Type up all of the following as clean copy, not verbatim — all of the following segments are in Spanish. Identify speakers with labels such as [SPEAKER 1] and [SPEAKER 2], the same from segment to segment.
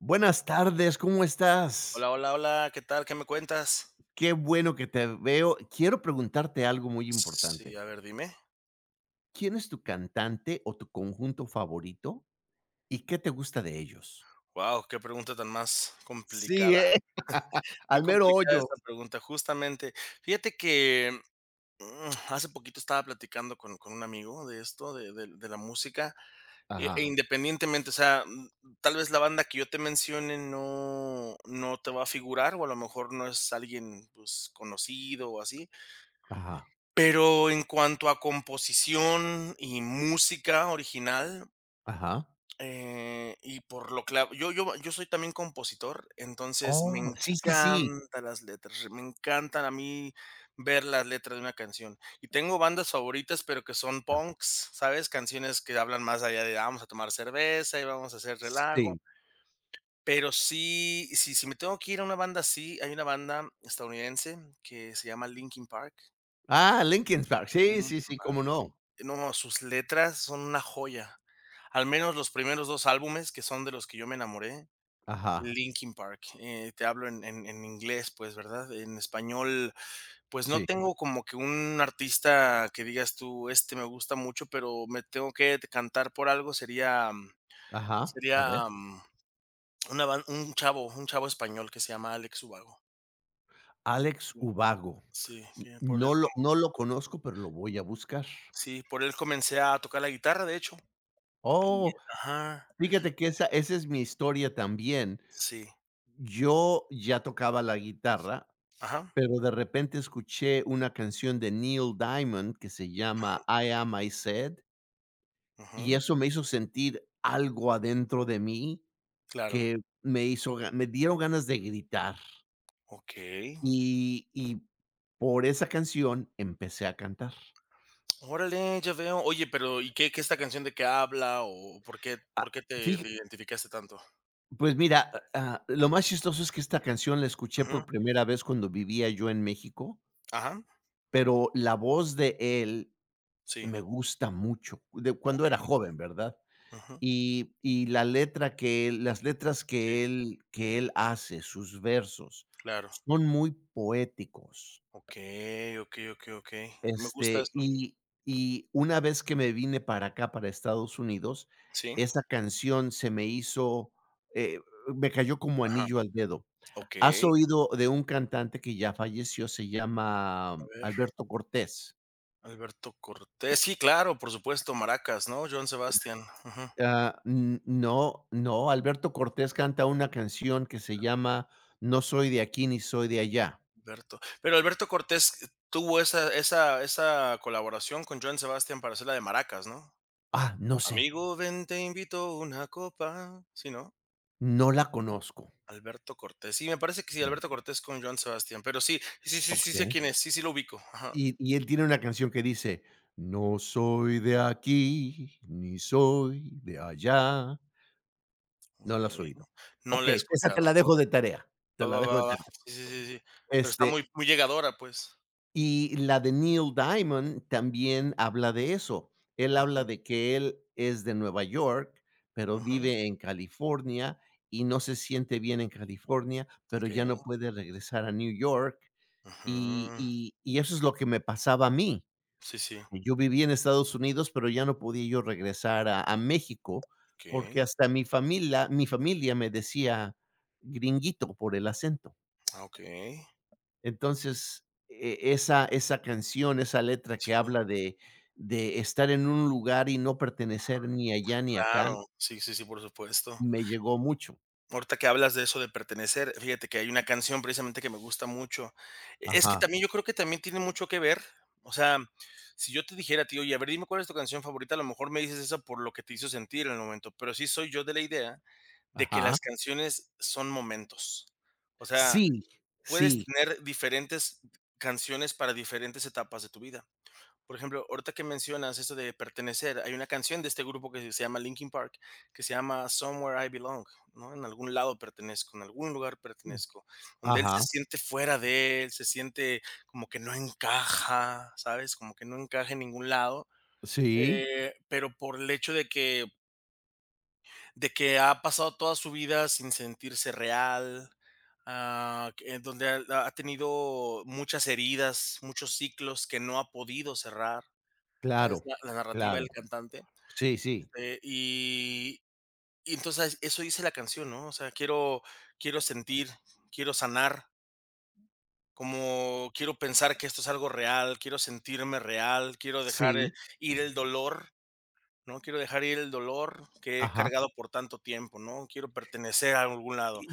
[SPEAKER 1] Buenas tardes, ¿cómo estás?
[SPEAKER 2] Hola, hola, hola, ¿qué tal? ¿Qué me cuentas?
[SPEAKER 1] Qué bueno que te veo. Quiero preguntarte algo muy
[SPEAKER 2] Sí,
[SPEAKER 1] importante.
[SPEAKER 2] a ver, dime.
[SPEAKER 1] ¿Quién es tu cantante o tu conjunto favorito y qué te gusta de ellos?
[SPEAKER 2] Wow, qué pregunta tan más
[SPEAKER 1] Sí,
[SPEAKER 2] complicada.
[SPEAKER 1] ¿eh?
[SPEAKER 2] Muy
[SPEAKER 1] Al mero
[SPEAKER 2] complicada esa
[SPEAKER 1] hoyo.
[SPEAKER 2] pregunta, justamente. Fíjate que, hace poquito estaba platicando con un amigo de esto, de la música, e
[SPEAKER 1] Ajá,
[SPEAKER 2] independientemente, o sea, tal vez la banda que yo te mencione no te va a figurar, o a lo mejor no es alguien, pues, conocido o así,
[SPEAKER 1] ajá,
[SPEAKER 2] pero en cuanto a composición y música original.
[SPEAKER 1] ajá.
[SPEAKER 2] Y por lo claro, yo soy también compositor, entonces me
[SPEAKER 1] Oh, sí, sí, sí.
[SPEAKER 2] encantan las letras, me encantan a mí ver las letras de una canción. Y tengo bandas favoritas, pero que son punks, ¿sabes? Canciones que hablan más allá de "Ah, vamos a tomar cerveza y vamos a hacer
[SPEAKER 1] Sí.
[SPEAKER 2] relajo". Pero sí, sí, si me tengo que ir a una banda así, hay una banda estadounidense que se llama Linkin Park.
[SPEAKER 1] Ah, Linkin Park. Sí, sí,
[SPEAKER 2] Linkin
[SPEAKER 1] sí, cómo
[SPEAKER 2] Park.
[SPEAKER 1] no.
[SPEAKER 2] No, sus letras son una joya. Al menos los primeros 2 álbumes, que son de los que yo me enamoré,
[SPEAKER 1] Ajá,
[SPEAKER 2] Linkin Park, te hablo en en inglés, pues, ¿verdad? En español, pues, no
[SPEAKER 1] sí,
[SPEAKER 2] tengo como que un artista que digas tú: "Este me gusta mucho", pero me tengo que cantar por algo, sería
[SPEAKER 1] ajá. A ver.
[SPEAKER 2] sería, una ban un chavo español que se llama Alex Ubago. Mm,
[SPEAKER 1] Alex
[SPEAKER 2] mm,
[SPEAKER 1] Ubago.
[SPEAKER 2] Sí, que por
[SPEAKER 1] No
[SPEAKER 2] él
[SPEAKER 1] lo
[SPEAKER 2] com
[SPEAKER 1] no lo conozco, pero lo voy a buscar.
[SPEAKER 2] sí, por él comencé a tocar la guitarra, de hecho. Y
[SPEAKER 1] Oh,
[SPEAKER 2] ajá,
[SPEAKER 1] fíjate que esa es mi historia también.
[SPEAKER 2] sí,
[SPEAKER 1] Yo ya tocaba la guitarra,
[SPEAKER 2] ajá,
[SPEAKER 1] pero de repente escuché una canción de Neil Diamond que se llama I Am I Said, y
[SPEAKER 2] ujú,
[SPEAKER 1] eso me hizo sentir algo adentro de mí
[SPEAKER 2] claro,
[SPEAKER 1] que me hizo ga me dieron ganas de gritar,
[SPEAKER 2] okey.
[SPEAKER 1] y por esa canción empecé a cantar.
[SPEAKER 2] Órale, ya veo. Oye, pero, ¿y qué esta canción de qué habla, o por qué
[SPEAKER 1] Ah,
[SPEAKER 2] por qué te
[SPEAKER 1] fija
[SPEAKER 2] te identificaste tanto?
[SPEAKER 1] pues mira, lo más chistoso es que esta canción la escuché por
[SPEAKER 2] Ujú.
[SPEAKER 1] primera vez cuando vivía yo en México.
[SPEAKER 2] Ajá.
[SPEAKER 1] Pero la voz de él
[SPEAKER 2] Sí,
[SPEAKER 1] me gusta mucho, de cuando era
[SPEAKER 2] okey.
[SPEAKER 1] joven, ¿verdad?
[SPEAKER 2] Ujú.
[SPEAKER 1] Y la letra que él las letras
[SPEAKER 2] Sí,
[SPEAKER 1] que él hace, sus versos,
[SPEAKER 2] claro.
[SPEAKER 1] son muy poéticos.
[SPEAKER 2] Okey, okey, okey, okey. Me gusta
[SPEAKER 1] Este,
[SPEAKER 2] eso.
[SPEAKER 1] y una vez que me vine para acá, para Estados Unidos,
[SPEAKER 2] Sí,
[SPEAKER 1] esa canción se me hizo, eh, me cayó como
[SPEAKER 2] ajá.
[SPEAKER 1] anillo al dedo. ¿Has
[SPEAKER 2] Okey.
[SPEAKER 1] oído de un cantante que ya falleció? Se llama
[SPEAKER 2] A ver,
[SPEAKER 1] Alberto Cortés.
[SPEAKER 2] Alberto Cortés. Sí, claro, por supuesto, Maracas, ¿no? Joan Sebastián. Ujú.
[SPEAKER 1] Ah, n no, no, Alberto Cortés canta una canción que se llama No soy de aquí ni soy de allá.
[SPEAKER 2] Alberto. Pero Alberto Cortés tuvo esa colaboración con Joan Sebastián para hacer la de Maracas, ¿no?
[SPEAKER 1] Ah, no sé,
[SPEAKER 2] Amigo, ven, te invito una copa. Sí, ¿no?
[SPEAKER 1] no la conozco.
[SPEAKER 2] Alberto Cortés. Sí, me parece que sí,
[SPEAKER 1] Mm,
[SPEAKER 2] Alberto Cortés con Joan Sebastián, pero sí, sí, sí, sí sé
[SPEAKER 1] okey.
[SPEAKER 2] quién es, sí, sí lo ubico. Ajá,
[SPEAKER 1] Y él tiene una canción que dice: "No soy de aquí ni soy de allá". ¿No la has
[SPEAKER 2] okey.
[SPEAKER 1] oído?
[SPEAKER 2] No la he
[SPEAKER 1] Okey, esa te
[SPEAKER 2] escuchado.
[SPEAKER 1] la dejo de tarea, te
[SPEAKER 2] Va,
[SPEAKER 1] la
[SPEAKER 2] va,
[SPEAKER 1] dejo
[SPEAKER 2] va,
[SPEAKER 1] de
[SPEAKER 2] va.
[SPEAKER 1] tarea.
[SPEAKER 2] Sí, sí, sí, sí. Pero está
[SPEAKER 1] Este,
[SPEAKER 2] muy muy llegadora, pues.
[SPEAKER 1] y la de Neil Diamond también habla de eso. Él habla
[SPEAKER 2] Ujú,
[SPEAKER 1] de que él es de Nueva York, pero
[SPEAKER 2] ujú,
[SPEAKER 1] vive en California y no se siente bien en California, pero ya
[SPEAKER 2] okey.
[SPEAKER 1] no puede regresar a New York. Y
[SPEAKER 2] Ujú.
[SPEAKER 1] y y eso es lo que me pasaba a mí.
[SPEAKER 2] Sí, sí.
[SPEAKER 1] Que yo viví en Estados Unidos, pero ya no podía yo regresar a México, porque
[SPEAKER 2] Okey.
[SPEAKER 1] hasta mi familia me decía gringuito por el acento.
[SPEAKER 2] Ah, okey.
[SPEAKER 1] Entonces, esa canción, esa letra que
[SPEAKER 2] Sí,
[SPEAKER 1] habla de estar en un lugar y no pertenecer ni allá ni acá,
[SPEAKER 2] claro. Sí, sí, sí, por supuesto.
[SPEAKER 1] me llegó mucho.
[SPEAKER 2] Ahorita que hablas de eso de pertenecer, fíjate que hay una canción precisamente que me gusta mucho. Es que
[SPEAKER 1] Ajá,
[SPEAKER 2] también yo creo que también tiene mucho que ver. O sea, si yo te dijera tío, ti: "Oye, a ver, dime cuál es tu canción favorita", a lo mejor me dices esa por lo que te hizo sentir en el momento, pero sí soy yo de la idea de que
[SPEAKER 1] ajá.
[SPEAKER 2] las canciones son momentos. O sea,
[SPEAKER 1] Sí,
[SPEAKER 2] puedes
[SPEAKER 1] sí.
[SPEAKER 2] tener diferentes canciones para diferentes etapas de tu vida. Por ejemplo, ahorita que mencionas eso de pertenecer, hay una canción de este grupo que se llama Linkin Park, que se llama Somewhere I Belong, ¿no? En algún lado pertenezco, en algún lugar
[SPEAKER 1] Mm.
[SPEAKER 2] pertenezco, donde él
[SPEAKER 1] Ajá,
[SPEAKER 2] se siente fuera de él, se siente como que no encaja, ¿sabes? Como que no encaja en ningún lado.
[SPEAKER 1] sí,
[SPEAKER 2] Pero por el hecho de que ha pasado toda su vida sin sentirse real, donde ha tenido muchas heridas, muchos ciclos que no ha podido cerrar, es
[SPEAKER 1] claro,
[SPEAKER 2] la narrativa
[SPEAKER 1] claro.
[SPEAKER 2] del cantante,
[SPEAKER 1] Sí, sí,
[SPEAKER 2] eh, y y entonces eso dice la canción, ¿no? O sea, quiero sentir, quiero sanar, como quiero pensar que esto es algo real, quiero sentirme real, quiero dejar
[SPEAKER 1] sí,
[SPEAKER 2] ir el dolor, ¿no? Quiero dejar ir el dolor que he
[SPEAKER 1] ajá.
[SPEAKER 2] cargado por tanto tiempo, ¿no? Quiero pertenecer a algún lado.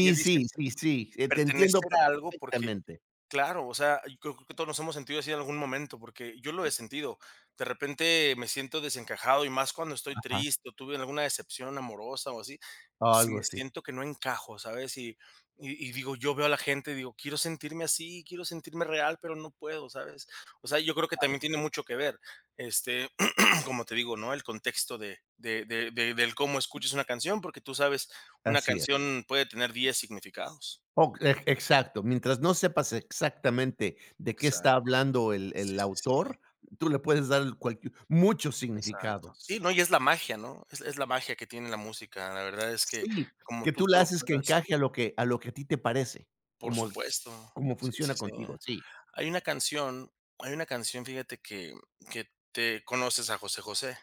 [SPEAKER 2] Y él dice,
[SPEAKER 1] sí, sí, sí, te entiendo
[SPEAKER 2] pertenecer a algo porque
[SPEAKER 1] perfectamente.
[SPEAKER 2] claro, o sea, yo creo que todos nos hemos sentido así en algún momento, porque yo lo he sentido. De repente me siento desencajado y más cuando estoy
[SPEAKER 1] Ajá,
[SPEAKER 2] triste o tuve alguna decepción amorosa o así, si
[SPEAKER 1] algo
[SPEAKER 2] me
[SPEAKER 1] así,
[SPEAKER 2] siento que no encajo, ¿sabes? Y digo, yo veo a la gente y digo, quiero sentirme así, quiero sentirme real, pero no puedo, ¿sabes? O sea, yo creo que también tiene mucho que ver, este, como te digo, ¿no? El contexto de, del cómo escuches una canción, porque tú sabes, una
[SPEAKER 1] así es.
[SPEAKER 2] canción puede tener 10 significados.
[SPEAKER 1] Oh, exacto. Mientras no sepas exactamente de qué está
[SPEAKER 2] Exacto.
[SPEAKER 1] hablando el
[SPEAKER 2] Sí,
[SPEAKER 1] el
[SPEAKER 2] sí, sí.
[SPEAKER 1] autor, tú le puedes dar el cualquier muchos
[SPEAKER 2] Exacto.
[SPEAKER 1] significados.
[SPEAKER 2] Sí, no, y es la magia, ¿no? Es la magia que tiene la música. La verdad es que
[SPEAKER 1] Sí,
[SPEAKER 2] como
[SPEAKER 1] que
[SPEAKER 2] tú
[SPEAKER 1] tú le
[SPEAKER 2] te lo
[SPEAKER 1] haces que
[SPEAKER 2] puedas
[SPEAKER 1] encaje a lo que a ti te parece,
[SPEAKER 2] por
[SPEAKER 1] como
[SPEAKER 2] supuesto. Sí, sí,
[SPEAKER 1] funciona
[SPEAKER 2] sí.
[SPEAKER 1] contigo, sí.
[SPEAKER 2] Hay una canción Hay una canción, fíjate que te ¿conoces a José José?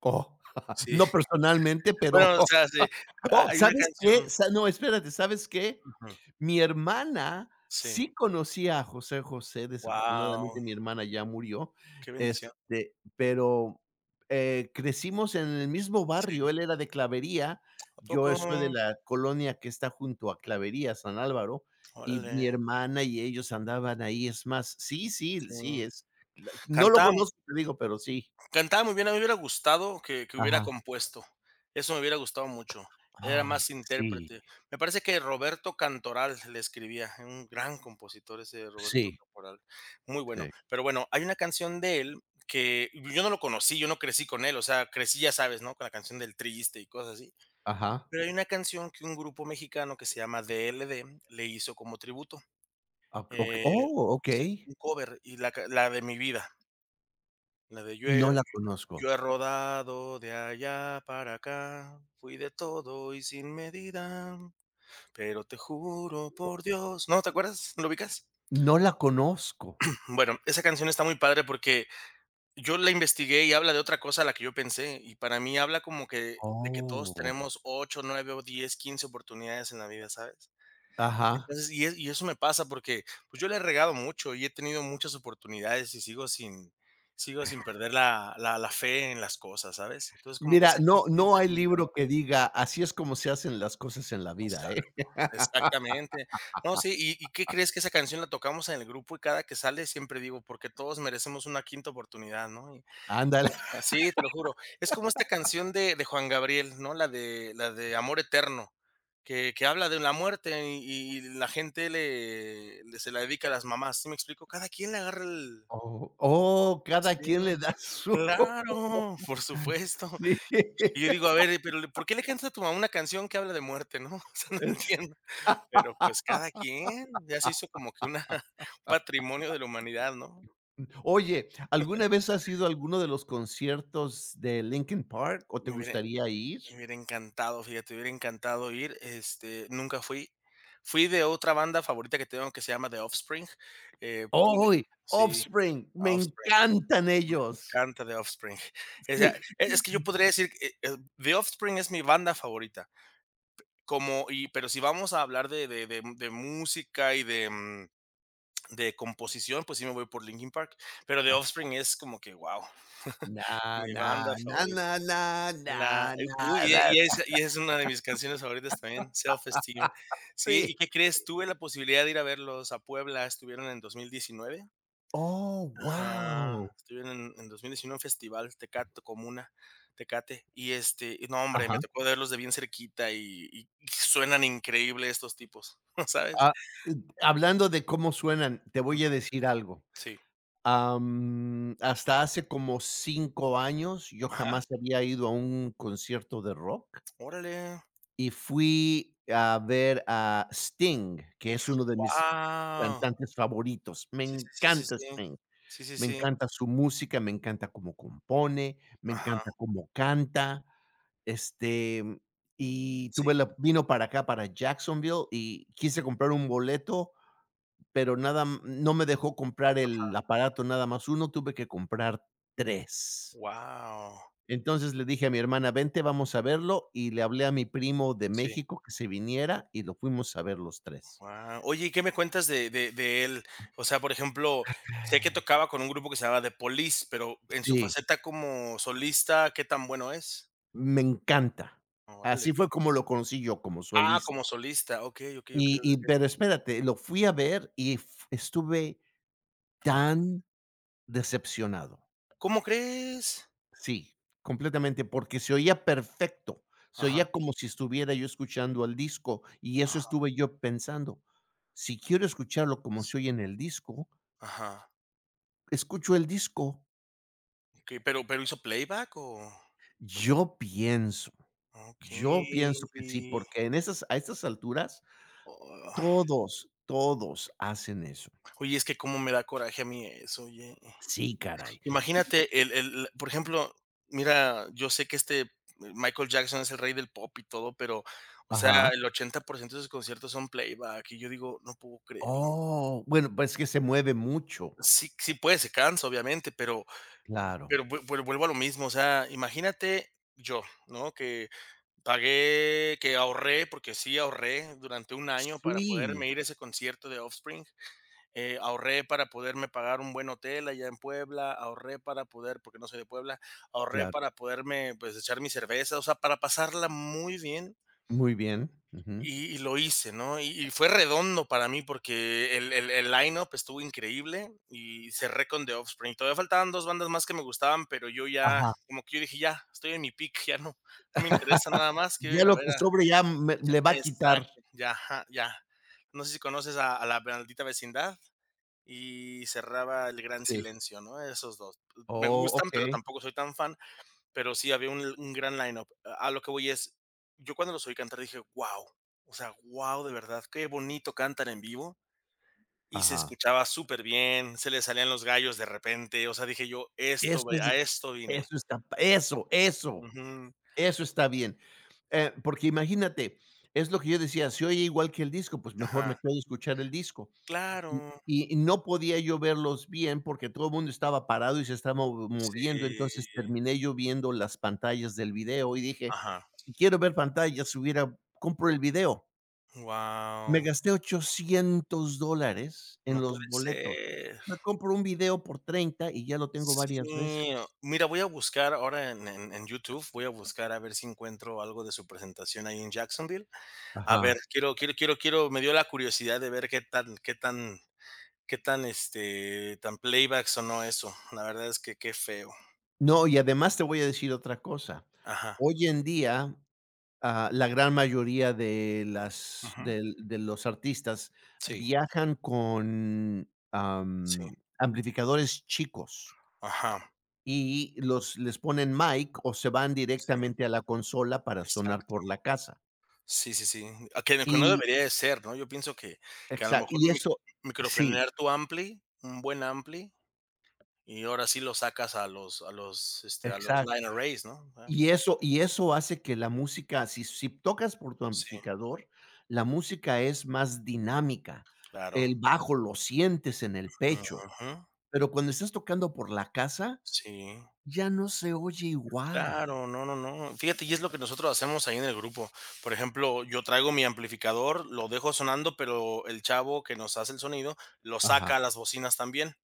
[SPEAKER 1] Oh,
[SPEAKER 2] Sí.
[SPEAKER 1] no personalmente, pero
[SPEAKER 2] Bueno, o sea, sí,
[SPEAKER 1] Oh,
[SPEAKER 2] hay una
[SPEAKER 1] ¿sabes qué?
[SPEAKER 2] canción
[SPEAKER 1] Sa no, espérate, ¿sabes qué?
[SPEAKER 2] ujú,
[SPEAKER 1] Mi hermana
[SPEAKER 2] sí.
[SPEAKER 1] sí conocía a José José,
[SPEAKER 2] Wow,
[SPEAKER 1] desafortunadamente mi hermana ya murió,
[SPEAKER 2] qué bendición.
[SPEAKER 1] este, pero, crecimos en el mismo
[SPEAKER 2] Sí.
[SPEAKER 1] barrio, él era de Clavería,
[SPEAKER 2] ¿A poco?
[SPEAKER 1] yo soy de la colonia que está junto a Clavería, San Álvaro, y
[SPEAKER 2] Órale,
[SPEAKER 1] mi hermana y ellos andaban ahí, es más, sí, sí,
[SPEAKER 2] sí.
[SPEAKER 1] sí, es la no lo
[SPEAKER 2] Cantamos
[SPEAKER 1] conozco, te digo, pero sí.
[SPEAKER 2] Cantaba muy bien, a mí me hubiera gustado que hubiera
[SPEAKER 1] Ajá.
[SPEAKER 2] compuesto. Eso me hubiera gustado mucho. Era
[SPEAKER 1] Ay,
[SPEAKER 2] más
[SPEAKER 1] sí,
[SPEAKER 2] intérprete. Me parece que Roberto Cantoral le escribía, un gran compositor ese Roberto
[SPEAKER 1] sí,
[SPEAKER 2] Cantoral, muy bueno.
[SPEAKER 1] sí.
[SPEAKER 2] Pero bueno, hay una canción de él que yo no lo conocí, yo no crecí con él, o sea, crecí, ya sabes, ¿no? Con la canción del Triste y cosas así.
[SPEAKER 1] Ajá.
[SPEAKER 2] Pero hay una canción que un grupo mexicano que se llama DLD le hizo como tributo.
[SPEAKER 1] Ah,
[SPEAKER 2] Eh, sí,
[SPEAKER 1] okey.
[SPEAKER 2] un cover y la de Mi vida, la de
[SPEAKER 1] No la conozco.
[SPEAKER 2] yo he rodado de allá para acá, fui de todo y sin medida, pero te juro por Dios. ¿No te acuerdas? ¿Lo ubicas?
[SPEAKER 1] No la conozco.
[SPEAKER 2] Bueno, esa canción está muy padre porque yo la investigué y habla de otra cosa a la que yo pensé, y para mí habla como que de que todos
[SPEAKER 1] Oh.
[SPEAKER 2] tenemos 8, 9, o 10, 15 oportunidades en la vida, ¿sabes?
[SPEAKER 1] Ajá.
[SPEAKER 2] Y eso me pasa porque pues yo le he regado mucho y he tenido muchas oportunidades y sigo sin perder la, la fe en las cosas, ¿sabes? Entonces, como que
[SPEAKER 1] Mira,
[SPEAKER 2] esa
[SPEAKER 1] no
[SPEAKER 2] canción
[SPEAKER 1] no hay
[SPEAKER 2] también me ayuda
[SPEAKER 1] libro que
[SPEAKER 2] mucho.
[SPEAKER 1] diga: "Así es como se hacen las cosas en la vida", ¿eh?
[SPEAKER 2] Exacto, exactamente. No, sí, y qué crees que esa canción la tocamos en el grupo y cada que sale siempre digo, porque todos merecemos una quinta oportunidad, ¿no?
[SPEAKER 1] Ándale.
[SPEAKER 2] Ajá, sí, te lo juro. Es como esta canción de Juan Gabriel, ¿no? La de Amor Eterno, que habla de la muerte y la gente le le se la dedica a las mamás, ¿sí me explico? Cada quien le agarra el
[SPEAKER 1] Oh, oh, cada quien
[SPEAKER 2] sí,
[SPEAKER 1] le da su
[SPEAKER 2] claro, por supuesto.
[SPEAKER 1] sí.
[SPEAKER 2] Y yo digo, a ver, pero ¿por qué le cantas a tu mamá una canción que habla de muerte, no? O sea, no
[SPEAKER 1] Es
[SPEAKER 2] entiendo. Pero, pues, cada quien, ya se hizo como que una un patrimonio de la humanidad, ¿no?
[SPEAKER 1] Oye, ¿alguna vez has ido a alguno de los conciertos de Linkin Park o te
[SPEAKER 2] Me hubiera
[SPEAKER 1] gustaría ir?
[SPEAKER 2] Me hubiera encantado, fíjate, me hubiera encantado ir, este, nunca fui. Fui de otra banda favorita que tengo que se llama The Offspring, pude
[SPEAKER 1] Oh,
[SPEAKER 2] sí,
[SPEAKER 1] Offspring, me
[SPEAKER 2] Offspring,
[SPEAKER 1] encantan
[SPEAKER 2] me
[SPEAKER 1] ellos.
[SPEAKER 2] encanta The Offspring. O sea,
[SPEAKER 1] Sí.
[SPEAKER 2] es que yo podría decir, que The Offspring es mi banda favorita, como y pero si vamos a hablar de música y de, de composición, pues sí me voy por Linkin Park, pero The Offspring es como que, wow
[SPEAKER 1] Na,
[SPEAKER 2] mi
[SPEAKER 1] na,
[SPEAKER 2] banda
[SPEAKER 1] na, na,
[SPEAKER 2] favorita.
[SPEAKER 1] na, na, na, na,
[SPEAKER 2] Y esa y es una de mis canciones favoritas también, Self Esteem. Sí,
[SPEAKER 1] sí.
[SPEAKER 2] ¿y qué crees? Tuve la posibilidad de ir a verlos a Puebla, estuvieron en 2019.
[SPEAKER 1] Oh,
[SPEAKER 2] Ajá,
[SPEAKER 1] wow.
[SPEAKER 2] estuvieron en 2019 en un festival Tecate Comuna, Tecate, y, este, y no, hombre, me
[SPEAKER 1] Ajá.
[SPEAKER 2] tocó verlos de bien cerquita y y suenan increíble estos tipos, ¿sabes?
[SPEAKER 1] Ah, eh, hablando de cómo suenan, te voy a
[SPEAKER 2] Ujú,
[SPEAKER 1] decir algo.
[SPEAKER 2] sí,
[SPEAKER 1] Hasta hace como 5 años, yo
[SPEAKER 2] ajá,
[SPEAKER 1] jamás había ido a un concierto de rock
[SPEAKER 2] órale,
[SPEAKER 1] y fui a ver a Sting, que es uno de mis
[SPEAKER 2] wow.
[SPEAKER 1] cantantes favoritos. Me
[SPEAKER 2] Sí, sí, sí, sí,
[SPEAKER 1] encanta
[SPEAKER 2] sí.
[SPEAKER 1] Sting.
[SPEAKER 2] Sí, sí,
[SPEAKER 1] Me
[SPEAKER 2] sí,
[SPEAKER 1] encanta su música, me encanta cómo compone, me
[SPEAKER 2] ajá,
[SPEAKER 1] encanta cómo canta, este, y tuve
[SPEAKER 2] sí,
[SPEAKER 1] la vino para acá, para Jacksonville, y quise
[SPEAKER 2] wow,
[SPEAKER 1] comprar un boleto, pero nada m no me dejó comprar el aparato nada más uno tuve que comprar tres. Entonces le dije a mi hermana: "Vente, vamos a verlo", y le hablé a mi primo de
[SPEAKER 2] sí.
[SPEAKER 1] México que se viniera y lo fuimos a ver los tres.
[SPEAKER 2] Guau. Oye, ¿y qué me cuentas de él? O sea, por ejemplo, sé que tocaba con un grupo que se llamaba The Police, pero en su
[SPEAKER 1] Sí,
[SPEAKER 2] faceta como solista, ¿qué tan bueno es?
[SPEAKER 1] me encanta.
[SPEAKER 2] Órale.
[SPEAKER 1] Así fue como lo conocí yo, como
[SPEAKER 2] Ah,
[SPEAKER 1] solista.
[SPEAKER 2] como solista. Okey, okey, okey,
[SPEAKER 1] Y
[SPEAKER 2] okey.
[SPEAKER 1] pero espérate, lo fui a ver y f estuve
[SPEAKER 2] Ajá.
[SPEAKER 1] tan decepcionado.
[SPEAKER 2] ¿Cómo crees?
[SPEAKER 1] Sí, completamente, porque se oía perfecto, se
[SPEAKER 2] Ajá,
[SPEAKER 1] oía como si estuviera yo escuchando el disco, y eso
[SPEAKER 2] ajá,
[SPEAKER 1] estuve yo pensando. Si quiero escucharlo como
[SPEAKER 2] s
[SPEAKER 1] se oye en el disco,
[SPEAKER 2] ajá.
[SPEAKER 1] escucho el disco.
[SPEAKER 2] Okey, pero, ¿hizo playback o?
[SPEAKER 1] Yo pienso, yo
[SPEAKER 2] Okey.
[SPEAKER 1] pienso que sí, porque en esas a estas alturas
[SPEAKER 2] Oh.
[SPEAKER 1] todos, todos hacen eso.
[SPEAKER 2] Oye, es que cómo me da coraje a mí eso, oye.
[SPEAKER 1] Sí, caray. Y
[SPEAKER 2] Imagínate el por ejemplo, mira, yo sé que este Michael Jackson es el rey del pop y todo, pero, o sea,
[SPEAKER 1] ajá.
[SPEAKER 2] el 80% de sus conciertos son playback, y yo digo: "No puedo creerlo".
[SPEAKER 1] Oh, bueno, pues, es que se mueve mucho.
[SPEAKER 2] Sí, sí puede, se cansa, obviamente,
[SPEAKER 1] Claro.
[SPEAKER 2] pero vu vu vuelvo a lo mismo, o sea, imagínate yo, ¿no? Que pagué, que ahorré, porque sí ahorré durante 1 año para
[SPEAKER 1] Sí,
[SPEAKER 2] poderme ir a ese concierto de Offspring. Ahorré para poderme pagar un buen hotel allá en Puebla, ahorré para poder, porque no soy de Puebla, ahorré
[SPEAKER 1] claro.
[SPEAKER 2] para poderme, pues, echar mi cerveza, o sea, para pasarla muy bien
[SPEAKER 1] Muy bien, ujú.
[SPEAKER 2] y lo hice, ¿no? Y fue redondo para mí porque el line-up estuvo increíble y cerré con The Offspring. Todavía faltaban 2 bandas más que me gustaban, pero yo ya,
[SPEAKER 1] Ajá.
[SPEAKER 2] como que yo dije, ya, estoy en mi peak, ya no, no me interesa nada más, quiero
[SPEAKER 1] Ya
[SPEAKER 2] ir a
[SPEAKER 1] lo
[SPEAKER 2] ver
[SPEAKER 1] que
[SPEAKER 2] a...
[SPEAKER 1] sobre ya me le va a quitar.
[SPEAKER 2] Exacto, ya, ajá, ya. No sé si conoces a la maldita vecindad y cerraba El gran
[SPEAKER 1] Sí.
[SPEAKER 2] silencio, ¿no? Esos 2 me
[SPEAKER 1] Oh,
[SPEAKER 2] gustan, pero
[SPEAKER 1] okey.
[SPEAKER 2] tampoco soy tan fan, pero sí había un gran lineup. A lo que voy es, yo cuando los oí cantar dije: wow, o sea, wow de verdad, qué bonito cantan en vivo, y se
[SPEAKER 1] Ajá.
[SPEAKER 2] escuchaba súper bien, se le salían los gallos de repente, o sea, dije yo: "Esto
[SPEAKER 1] Eso
[SPEAKER 2] ve
[SPEAKER 1] es
[SPEAKER 2] a esto vine".
[SPEAKER 1] eso está eso, eso,
[SPEAKER 2] Ujú.
[SPEAKER 1] eso está bien. Porque imagínate, es lo que yo decía. Si oye igual que el disco, pues, mejor me
[SPEAKER 2] Ajá.
[SPEAKER 1] quedo a escuchar el disco.
[SPEAKER 2] Claro.
[SPEAKER 1] Y no podía yo verlos bien, porque todo el mundo estaba parado y se estaba mo moviendo,
[SPEAKER 2] Sí.
[SPEAKER 1] entonces terminé yo viendo las pantallas del video y dije:
[SPEAKER 2] Ajá.
[SPEAKER 1] "Si quiero ver pantallas, hubiera compro el video". Me
[SPEAKER 2] Wow,
[SPEAKER 1] gasté $800 en
[SPEAKER 2] no
[SPEAKER 1] los
[SPEAKER 2] puede
[SPEAKER 1] boletos.
[SPEAKER 2] ser.
[SPEAKER 1] Me compro un video por 30 y ya lo tengo varias veces.
[SPEAKER 2] Sí, no, mira, voy a buscar ahora en YouTube, voy a buscar a ver si encuentro algo de su presentación ahí en Jacksonville. A ver,
[SPEAKER 1] Ajá.
[SPEAKER 2] quiero quiero quiero quiero me dio la curiosidad de ver qué tan, este, tan playback sonó eso. La verdad es que qué feo.
[SPEAKER 1] No, y además te voy a decir otra cosa.
[SPEAKER 2] Ajá,
[SPEAKER 1] Hoy en día, la gran mayoría de las
[SPEAKER 2] ujú.
[SPEAKER 1] del de los artistas
[SPEAKER 2] Sí,
[SPEAKER 1] viajan con,
[SPEAKER 2] sí,
[SPEAKER 1] amplificadores chicos
[SPEAKER 2] ajá,
[SPEAKER 1] y los les ponen mic o se van
[SPEAKER 2] sí,
[SPEAKER 1] directamente a la consola para sonar
[SPEAKER 2] exacto.
[SPEAKER 1] por la casa.
[SPEAKER 2] Sí, sí, sí. Ah, que no, que no
[SPEAKER 1] Y
[SPEAKER 2] debería de ser, ¿no? Yo pienso que a lo
[SPEAKER 1] exac
[SPEAKER 2] mejor
[SPEAKER 1] y
[SPEAKER 2] mi
[SPEAKER 1] eso sí,
[SPEAKER 2] microfonear tu ampli, un buen ampli y ahora sí lo sacas a los, este, a los
[SPEAKER 1] exacto.
[SPEAKER 2] line arrays, ¿no? Ah,
[SPEAKER 1] Y eso hace que la música, si tocas por tu
[SPEAKER 2] sí,
[SPEAKER 1] amplificador, la música es más dinámica.
[SPEAKER 2] claro.
[SPEAKER 1] El bajo lo sientes en el pecho.
[SPEAKER 2] Ujú.
[SPEAKER 1] Pero cuando estás tocando por la casa,
[SPEAKER 2] Sí,
[SPEAKER 1] ya no se oye igual.
[SPEAKER 2] claro, no, no, no. Fíjate, y es lo que nosotros hacemos ahí en el grupo. Por ejemplo, yo traigo mi amplificador, lo dejo sonando, pero el chavo que nos hace el sonido, lo
[SPEAKER 1] Ajá.
[SPEAKER 2] saca a las bocinas también.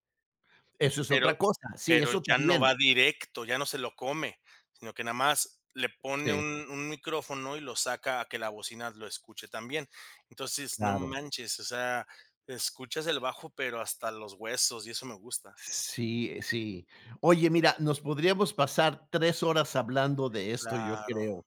[SPEAKER 1] Eso es
[SPEAKER 2] Pero
[SPEAKER 1] otra cosa. Sí,
[SPEAKER 2] pero
[SPEAKER 1] eso
[SPEAKER 2] ya no
[SPEAKER 1] también.
[SPEAKER 2] va directo, ya no se lo come, sino que nada más le pone
[SPEAKER 1] Sí.
[SPEAKER 2] un micrófono y lo saca a que la bocina lo escuche también. Entonces, no
[SPEAKER 1] Claro.
[SPEAKER 2] manches, o sea, escuchas el bajo, pero hasta los huesos, y eso me gusta.
[SPEAKER 1] Sí, sí. Oye, mira, nos podríamos pasar 3 horas hablando de esto, yo
[SPEAKER 2] Claro,
[SPEAKER 1] creo.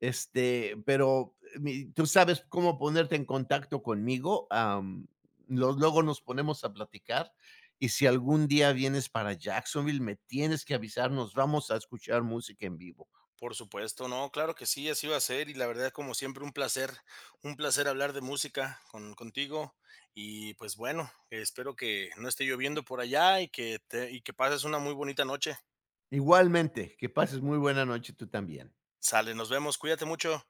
[SPEAKER 1] Este, pero mi ¿tú sabes cómo ponerte en contacto conmigo? Am, lo luego nos ponemos a platicar, y si algún día vienes para Jacksonville, me tienes que avisar, nos vamos a escuchar música en vivo.
[SPEAKER 2] por supuesto, no, claro que sí, así va a ser, y la verdad, como siempre, un placer hablar de música contigo. Y pues bueno, espero que no esté lloviendo por allá y que pases una muy bonita noche.
[SPEAKER 1] Igualmente, que pases muy buena noche tú también.
[SPEAKER 2] Sale, nos vemos, cuídate mucho.